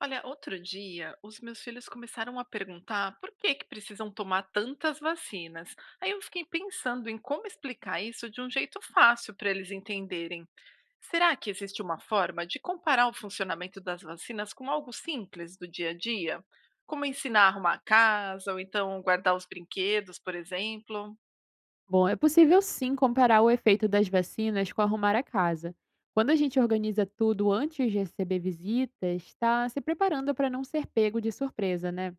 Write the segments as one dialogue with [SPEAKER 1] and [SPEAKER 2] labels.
[SPEAKER 1] Olha, outro dia, os meus filhos começaram a perguntar por que que precisam tomar tantas vacinas. Aí eu fiquei pensando em como explicar isso de um jeito fácil para eles entenderem. Será que existe uma forma de comparar o funcionamento das vacinas com algo simples do dia a dia? Como ensinar a arrumar a casa, ou então guardar os brinquedos, por exemplo?
[SPEAKER 2] Bom, é possível sim comparar o efeito das vacinas com arrumar a casa. Quando a gente organiza tudo antes de receber visitas, está se preparando para não ser pego de surpresa, né?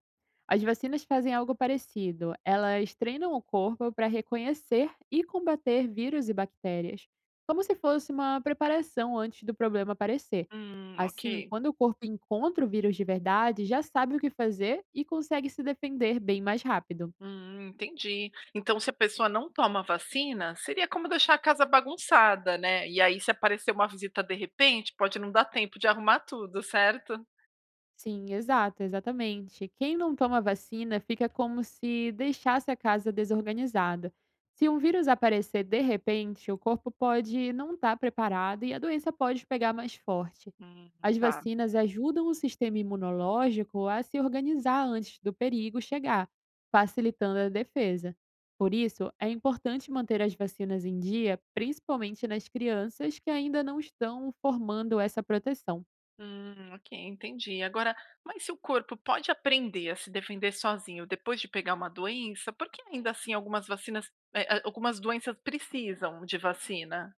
[SPEAKER 2] As vacinas fazem algo parecido. Elas treinam o corpo para reconhecer e combater vírus e bactérias, como se fosse uma preparação antes do problema aparecer.
[SPEAKER 1] Ok.
[SPEAKER 2] Assim, quando o corpo encontra o vírus de verdade, já sabe o que fazer e consegue se defender bem mais rápido.
[SPEAKER 1] Entendi. Então, se a pessoa não toma vacina, seria como deixar a casa bagunçada, né? E aí, se aparecer uma visita de repente, pode não dar tempo de arrumar tudo, certo?
[SPEAKER 2] Sim, exato, exatamente. Quem não toma vacina fica como se deixasse a casa desorganizada. Se um vírus aparecer de repente, o corpo pode não estar preparado e a doença pode pegar mais forte.
[SPEAKER 1] Hum,
[SPEAKER 2] As
[SPEAKER 1] tá.
[SPEAKER 2] vacinas ajudam o sistema imunológico a se organizar antes do perigo chegar, facilitando a defesa. Por isso, é importante manter as vacinas em dia, principalmente nas crianças que ainda não estão formando essa proteção.
[SPEAKER 1] Ok, entendi. Agora, mas se o corpo pode aprender a se defender sozinho depois de pegar uma doença, por que ainda assim algumas vacinas, algumas doenças precisam de vacina?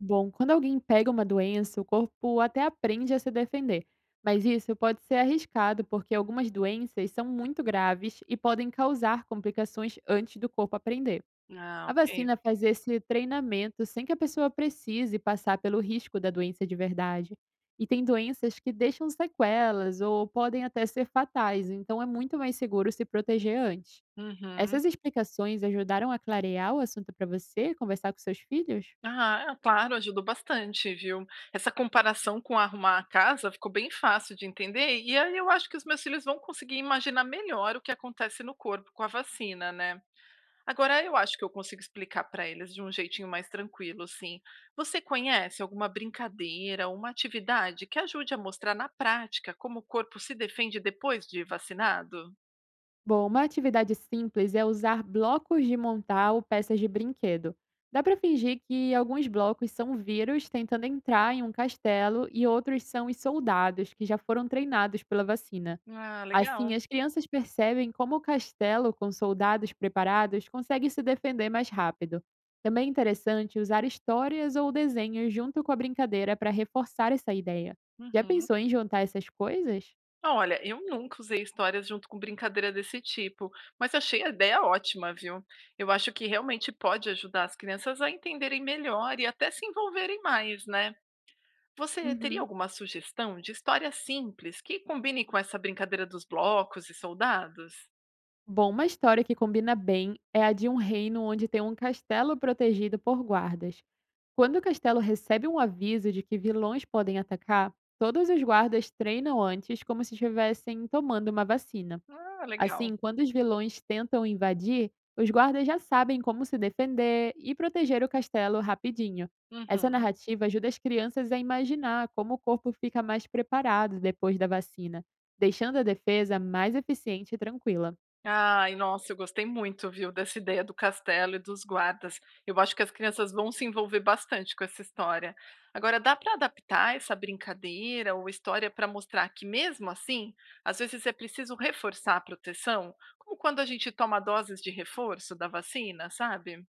[SPEAKER 2] Bom, quando alguém pega uma doença, o corpo até aprende a se defender. Mas isso pode ser arriscado porque algumas doenças são muito graves e podem causar complicações antes do corpo aprender.
[SPEAKER 1] Ah,
[SPEAKER 2] A
[SPEAKER 1] ok.
[SPEAKER 2] vacina faz esse treinamento sem que a pessoa precise passar pelo risco da doença de verdade. E tem doenças que deixam sequelas ou podem até ser fatais, então é muito mais seguro se proteger antes.
[SPEAKER 1] Uhum.
[SPEAKER 2] Essas explicações ajudaram a clarear o assunto para você conversar com seus filhos?
[SPEAKER 1] Ah, é, claro, ajudou bastante, viu. Essa comparação com arrumar a casa ficou bem fácil de entender, e aí eu acho que os meus filhos vão conseguir imaginar melhor o que acontece no corpo com a vacina, né? Agora eu acho que eu consigo explicar para eles de um jeitinho mais tranquilo, assim. Você conhece alguma brincadeira ou uma atividade que ajude a mostrar na prática como o corpo se defende depois de vacinado?
[SPEAKER 2] Bom, uma atividade simples é usar blocos de montar ou peças de brinquedo. Dá para fingir que alguns blocos são vírus tentando entrar em um castelo e outros são os soldados que já foram treinados pela vacina.
[SPEAKER 1] Ah,
[SPEAKER 2] Assim,
[SPEAKER 1] legal.
[SPEAKER 2] as crianças percebem como o castelo com soldados preparados consegue se defender mais rápido. Também é interessante usar histórias ou desenhos junto com a brincadeira para reforçar essa ideia. Já
[SPEAKER 1] Uhum.
[SPEAKER 2] pensou em juntar essas coisas?
[SPEAKER 1] Olha, eu nunca usei histórias junto com brincadeira desse tipo, mas achei a ideia ótima, viu? Eu acho que realmente pode ajudar as crianças a entenderem melhor e até se envolverem mais, né? Você teria
[SPEAKER 2] Uhum.
[SPEAKER 1] alguma sugestão de história simples que combine com essa brincadeira dos blocos e soldados?
[SPEAKER 2] Bom, uma história que combina bem é a de um reino onde tem um castelo protegido por guardas. Quando o castelo recebe um aviso de que vilões podem atacar, todos os guardas treinam antes como se estivessem tomando uma vacina.
[SPEAKER 1] Ah, legal.
[SPEAKER 2] Assim, quando os vilões tentam invadir, os guardas já sabem como se defender e proteger o castelo rapidinho. Essa
[SPEAKER 1] Uhum.
[SPEAKER 2] narrativa ajuda as crianças a imaginar como o corpo fica mais preparado depois da vacina, deixando a defesa mais eficiente e tranquila.
[SPEAKER 1] Ai, nossa, eu gostei muito, viu, dessa ideia do castelo e dos guardas. Eu acho que as crianças vão se envolver bastante com essa história. Agora, dá para adaptar essa brincadeira ou história para mostrar que, mesmo assim, às vezes é preciso reforçar a proteção, como quando a gente toma doses de reforço da vacina, sabe?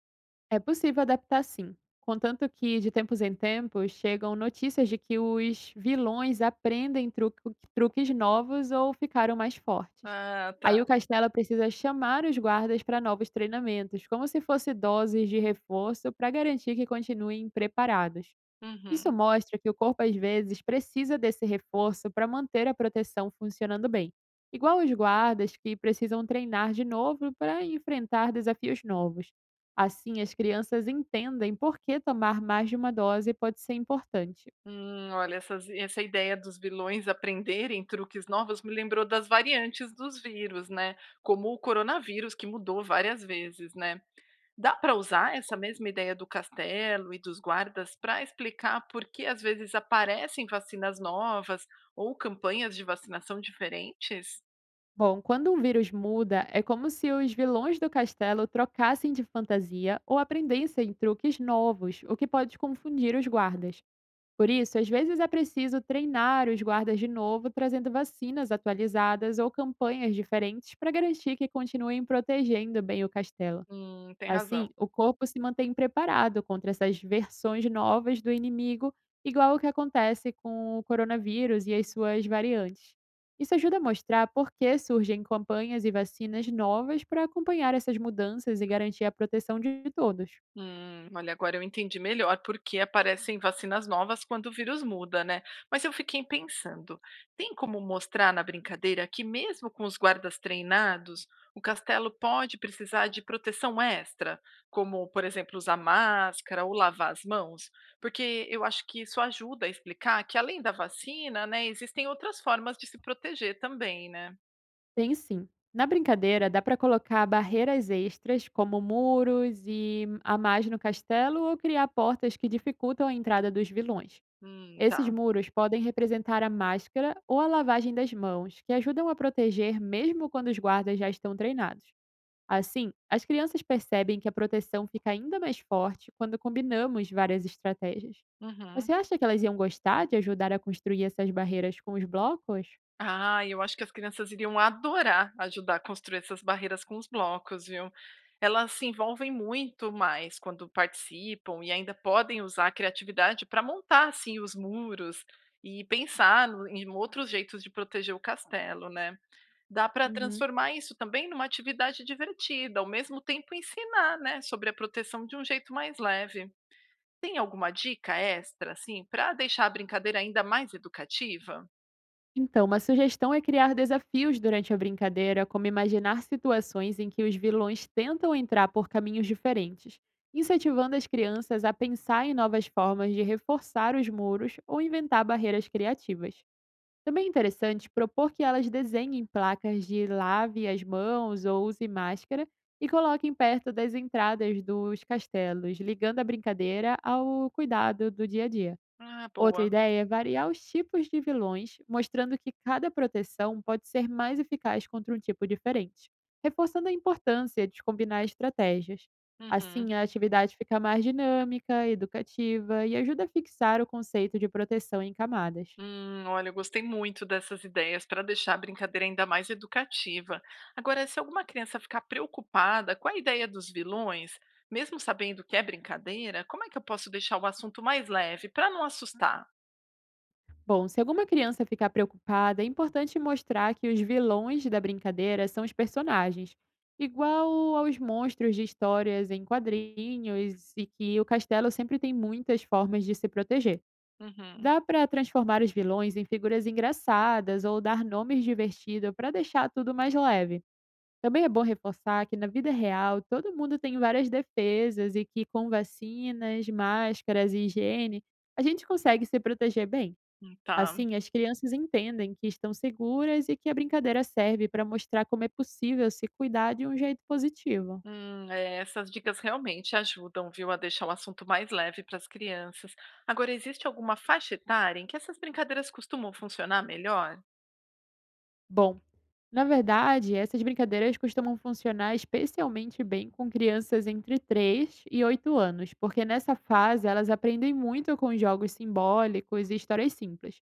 [SPEAKER 2] É possível adaptar sim, contanto que de tempos em tempos chegam notícias de que os vilões aprendem truques novos ou ficaram mais fortes.
[SPEAKER 1] Ah, tá.
[SPEAKER 2] Aí o Castelo precisa chamar os guardas para novos treinamentos, como se fosse doses de reforço para garantir que continuem preparados. Isso
[SPEAKER 1] Uhum.
[SPEAKER 2] mostra que o corpo às vezes precisa desse reforço para manter a proteção funcionando bem, igual os guardas que precisam treinar de novo para enfrentar desafios novos. Assim, as crianças entendem por que tomar mais de uma dose pode ser importante.
[SPEAKER 1] Olha, essa ideia dos vilões aprenderem truques novos me lembrou das variantes dos vírus, né? Como o coronavírus, que mudou várias vezes, né? Dá para usar essa mesma ideia do castelo e dos guardas para explicar por que às vezes aparecem vacinas novas ou campanhas de vacinação diferentes?
[SPEAKER 2] Bom, quando um vírus muda, é como se os vilões do castelo trocassem de fantasia ou aprendessem truques novos, o que pode confundir os guardas. Por isso, às vezes é preciso treinar os guardas de novo, trazendo vacinas atualizadas ou campanhas diferentes para garantir que continuem protegendo bem o castelo.
[SPEAKER 1] Tem
[SPEAKER 2] Assim,
[SPEAKER 1] razão.
[SPEAKER 2] o corpo se mantém preparado contra essas versões novas do inimigo, igual o que acontece com o coronavírus e as suas variantes. Isso ajuda a mostrar por que surgem campanhas e vacinas novas para acompanhar essas mudanças e garantir a proteção de todos.
[SPEAKER 1] Olha, agora eu entendi melhor porque aparecem vacinas novas quando o vírus muda, né? Mas eu fiquei pensando, tem como mostrar na brincadeira que mesmo com os guardas treinados, o castelo pode precisar de proteção extra, como, por exemplo, usar máscara ou lavar as mãos? Porque eu acho que isso ajuda a explicar que além da vacina, né, existem outras formas de se proteger também, né?
[SPEAKER 2] Tem sim. Na brincadeira, dá para colocar barreiras extras, como muros e a mais no castelo, ou criar portas que dificultam a entrada dos vilões. Esses
[SPEAKER 1] Tá.
[SPEAKER 2] muros podem representar a máscara ou a lavagem das mãos, que ajudam a proteger mesmo quando os guardas já estão treinados. Assim, as crianças percebem que a proteção fica ainda mais forte quando combinamos várias estratégias.
[SPEAKER 1] Uhum.
[SPEAKER 2] Você acha que elas iam gostar de ajudar a construir essas barreiras com os blocos?
[SPEAKER 1] Ah, eu acho que as crianças iriam adorar ajudar a construir essas barreiras com os blocos, viu? Elas se envolvem muito mais quando participam e ainda podem usar a criatividade para montar assim os muros e pensar em outros jeitos de proteger o castelo, né? Dá para
[SPEAKER 2] Uhum.
[SPEAKER 1] transformar isso também numa atividade divertida, ao mesmo tempo ensinar, né, sobre a proteção de um jeito mais leve. Tem alguma dica extra, assim, para deixar a brincadeira ainda mais educativa?
[SPEAKER 2] Então, uma sugestão é criar desafios durante a brincadeira, como imaginar situações em que os vilões tentam entrar por caminhos diferentes, incentivando as crianças a pensar em novas formas de reforçar os muros ou inventar barreiras criativas. Também é interessante propor que elas desenhem placas de lave as mãos ou use máscara e coloquem perto das entradas dos castelos, ligando a brincadeira ao cuidado do dia a dia.
[SPEAKER 1] Ah,
[SPEAKER 2] Outra
[SPEAKER 1] boa.
[SPEAKER 2] ideia é variar os tipos de vilões, mostrando que cada proteção pode ser mais eficaz contra um tipo diferente, reforçando a importância de combinar estratégias.
[SPEAKER 1] Uhum.
[SPEAKER 2] Assim, a atividade fica mais dinâmica, educativa e ajuda a fixar o conceito de proteção em camadas.
[SPEAKER 1] Olha, eu gostei muito dessas ideias para deixar a brincadeira ainda mais educativa. Agora, se alguma criança ficar preocupada com a ideia dos vilões, mesmo sabendo que é brincadeira, como é que eu posso deixar o assunto mais leve para não assustar?
[SPEAKER 2] Bom, se alguma criança ficar preocupada, é importante mostrar que os vilões da brincadeira são os personagens, igual aos monstros de histórias em quadrinhos e que o castelo sempre tem muitas formas de se proteger.
[SPEAKER 1] Uhum,
[SPEAKER 2] Dá para transformar os vilões em figuras engraçadas ou dar nomes divertidos para deixar tudo mais leve. Também é bom reforçar que na vida real todo mundo tem várias defesas e que com vacinas, máscaras e higiene a gente consegue se proteger bem.
[SPEAKER 1] tá.
[SPEAKER 2] Assim, as crianças entendem que estão seguras e que a brincadeira serve para mostrar como é possível se cuidar de um jeito positivo.
[SPEAKER 1] É, essas dicas realmente ajudam, viu, a deixar o assunto mais leve para as crianças. Agora, existe alguma faixa etária em que essas brincadeiras costumam funcionar melhor?
[SPEAKER 2] Bom, na verdade, essas brincadeiras costumam funcionar especialmente bem com crianças entre 3 e 8 anos, porque nessa fase elas aprendem muito com jogos simbólicos e histórias simples.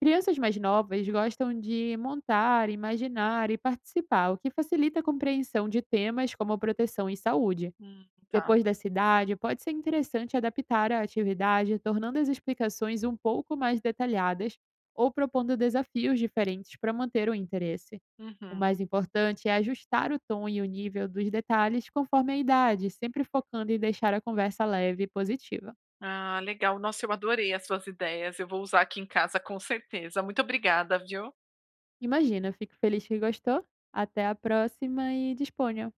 [SPEAKER 2] Crianças mais novas gostam de montar, imaginar e participar, o que facilita a compreensão de temas como proteção e saúde.
[SPEAKER 1] Hum, tá.
[SPEAKER 2] Depois da cidade, pode ser interessante adaptar a atividade, tornando as explicações um pouco mais detalhadas ou propondo desafios diferentes para manter o interesse. O
[SPEAKER 1] Uhum.
[SPEAKER 2] mais importante é ajustar o tom e o nível dos detalhes conforme a idade, sempre focando em deixar a conversa leve e positiva.
[SPEAKER 1] Ah, legal. Nossa, eu adorei as suas ideias. Eu vou usar aqui em casa com certeza. Muito obrigada, viu?
[SPEAKER 2] Imagina, fico feliz que gostou. Até a próxima e disponha!